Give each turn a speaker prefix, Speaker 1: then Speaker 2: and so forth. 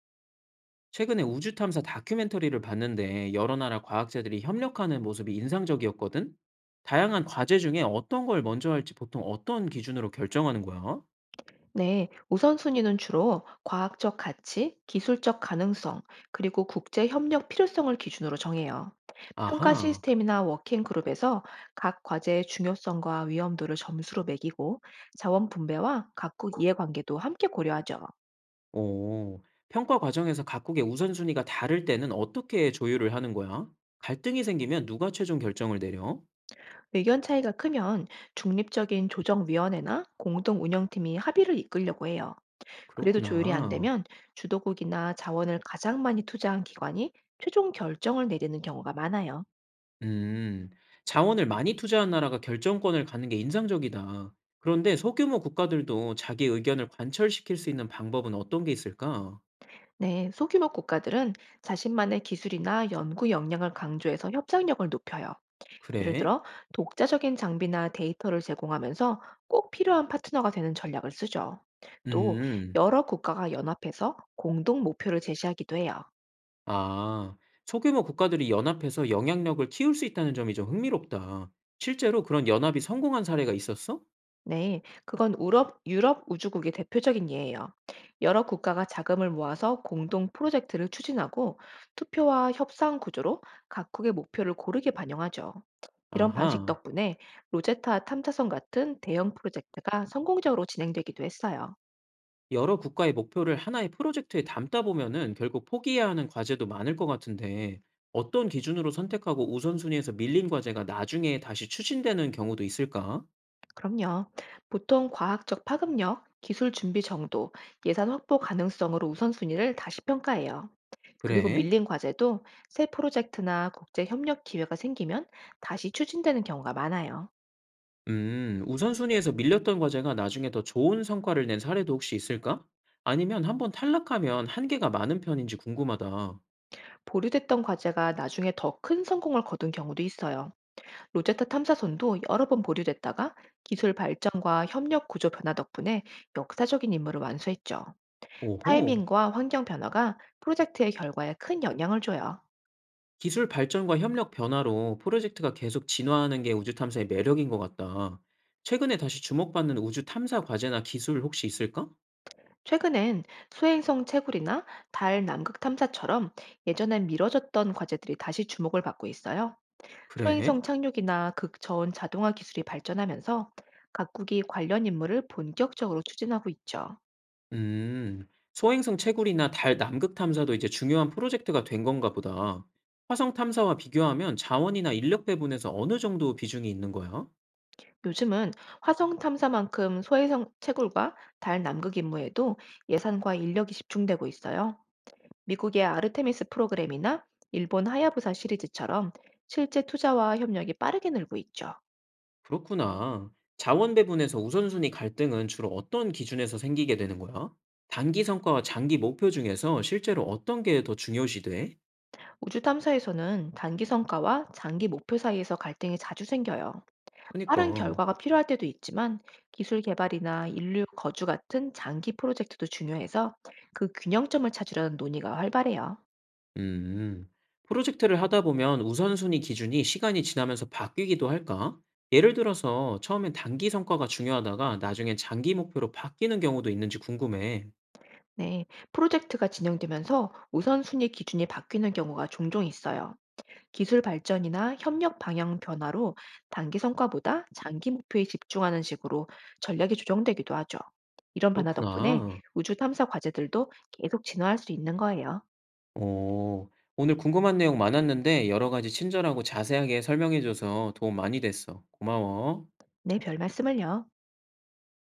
Speaker 1: 최근에 우주 탐사 다큐멘터리를 봤는데 여러 나라 과학자들이 협력하는 모습이 인상적이었거든? 다양한 과제 중에 어떤 걸 먼저 할지 보통 어떤 기준으로 결정하는 거야?
Speaker 2: 네, 우선순위는 주로 과학적 가치, 기술적 가능성, 그리고 국제 협력 필요성을 기준으로 정해요. 평가
Speaker 1: 아하,
Speaker 2: 시스템이나 워킹 그룹에서 각 과제의 중요성과 위험도를 점수로 매기고 자원 분배와 각국 이해관계도 함께 고려하죠.
Speaker 1: 오. 평가 과정에서 각국의 우선순위가 다를 때는 어떻게 조율을 하는 거야? 갈등이 생기면 누가 최종 결정을 내려?
Speaker 2: 의견 차이가 크면 중립적인 조정위원회나 공동 운영팀이 합의를 이끌려고 해요. 그래도 조율이 안
Speaker 1: 그렇구나.
Speaker 2: 되면 주도국이나 자원을 가장 많이 투자한 기관이 최종 결정을 내리는 경우가 많아요.
Speaker 1: 음, 자원을 많이 투자한 나라가 결정권을 갖는 게 인상적이다. 그런데 소규모 국가들도 자기 의견을 관철시킬 수 있는 방법은 어떤 게 있을까?
Speaker 2: 네, 소규모 국가들은 자신만의 기술이나 연구 역량을 강조해서 협상력을 높여요. 예를
Speaker 1: 그래?
Speaker 2: 들어, 독자적인 장비나 데이터를 제공하면서 꼭 필요한 파트너가 되는 전략을 쓰죠. 또,
Speaker 1: 음.
Speaker 2: 여러 국가가 연합해서 공동 목표를 제시하기도 해요.
Speaker 1: 아, 소규모 국가들이 연합해서 영향력을 키울 수 있다는 점이 좀 흥미롭다. 실제로 그런 연합이 성공한 사례가 있었어?
Speaker 2: 네, 그건 유럽 우주국의 대표적인 예예요. 여러 국가가 자금을 모아서 공동 프로젝트를 추진하고 투표와 협상 구조로 각국의 목표를 고르게 반영하죠. 이런 방식
Speaker 1: 아하.
Speaker 2: 덕분에 로제타 탐사선 같은 대형 프로젝트가 성공적으로 진행되기도 했어요.
Speaker 1: 여러 국가의 목표를 하나의 프로젝트에 담다 보면은 결국 포기해야 하는 과제도 많을 것 같은데, 어떤 기준으로 선택하고 우선순위에서 밀린 과제가 나중에 다시 추진되는 경우도 있을까?
Speaker 2: 그럼요. 보통 과학적 파급력, 기술 준비 정도, 예산 확보 가능성으로 우선순위를 다시 평가해요. 그리고
Speaker 1: 그래?
Speaker 2: 밀린 과제도 새 프로젝트나 국제 협력 기회가 생기면 다시 추진되는 경우가 많아요.
Speaker 1: 우선순위에서 밀렸던 과제가 나중에 더 좋은 성과를 낸 사례도 혹시 있을까? 아니면 한번 탈락하면 한계가 많은 편인지 궁금하다.
Speaker 2: 보류됐던 과제가 나중에 더 큰 성공을 거둔 경우도 있어요. 로제타 탐사선도 여러 번 보류됐다가 기술 발전과 협력 구조 변화 덕분에 역사적인 임무를 완수했죠.
Speaker 1: 오호,
Speaker 2: 타이밍과 환경 변화가 프로젝트의 결과에 큰 영향을 줘요.
Speaker 1: 기술 발전과 협력 변화로 프로젝트가 계속 진화하는 게 우주 탐사의 매력인 것 같다. 최근에 다시 주목받는 우주 탐사 과제나 기술 혹시 있을까?
Speaker 2: 최근엔 수행성 채굴이나 달 남극 탐사처럼 예전엔 미뤄졌던 과제들이 다시 주목을 받고 있어요. 초행성
Speaker 1: 그래?
Speaker 2: 착륙이나 극저온 자동화 기술이 발전하면서 각국이 관련 임무를 본격적으로 추진하고 있죠.
Speaker 1: 음, 소행성 채굴이나 달 남극 탐사도 이제 중요한 프로젝트가 된 건가 보다. 화성 탐사와 비교하면 자원이나 인력 배분에서 어느 정도 비중이 있는 거야?
Speaker 2: 요즘은 화성 탐사만큼 소행성 채굴과 달 남극 임무에도 예산과 인력이 집중되고 있어요. 미국의 아르테미스 프로그램이나 일본 하야부사 시리즈처럼 실제 투자와 협력이 빠르게 늘고 있죠.
Speaker 1: 그렇구나. 자원 배분에서 우선순위 갈등은 주로 어떤 기준에서 생기게 되는 거야? 단기 성과와 장기 목표 중에서 실제로 어떤 게 더 중요시 돼?
Speaker 2: 우주 탐사에서는 단기 성과와 장기 목표 사이에서 갈등이 자주 생겨요.
Speaker 1: 그니까,
Speaker 2: 빠른 결과가 필요할 때도 있지만 기술 개발이나 인류 거주 같은 장기 프로젝트도 중요해서 그 균형점을 찾으려는 논의가 활발해요.
Speaker 1: 음, 프로젝트를 하다 보면 우선순위 기준이 시간이 지나면서 바뀌기도 할까? 예를 들어서 처음엔 단기 성과가 중요하다가 나중엔 장기 목표로 바뀌는 경우도 있는지 궁금해.
Speaker 2: 네, 프로젝트가 진행되면서 우선순위 기준이 바뀌는 경우가 종종 있어요. 기술 발전이나 협력 방향 변화로 단기 성과보다 장기 목표에 집중하는 식으로 전략이 조정되기도 하죠. 이런 변화 덕분에
Speaker 1: 그렇구나.
Speaker 2: 우주 탐사 과제들도 계속 진화할 수 있는 거예요.
Speaker 1: 어, 오늘 궁금한 내용 많았는데 여러 가지 친절하고 자세하게 설명해줘서 도움 많이 됐어. 고마워.
Speaker 2: 네, 별 말씀을요.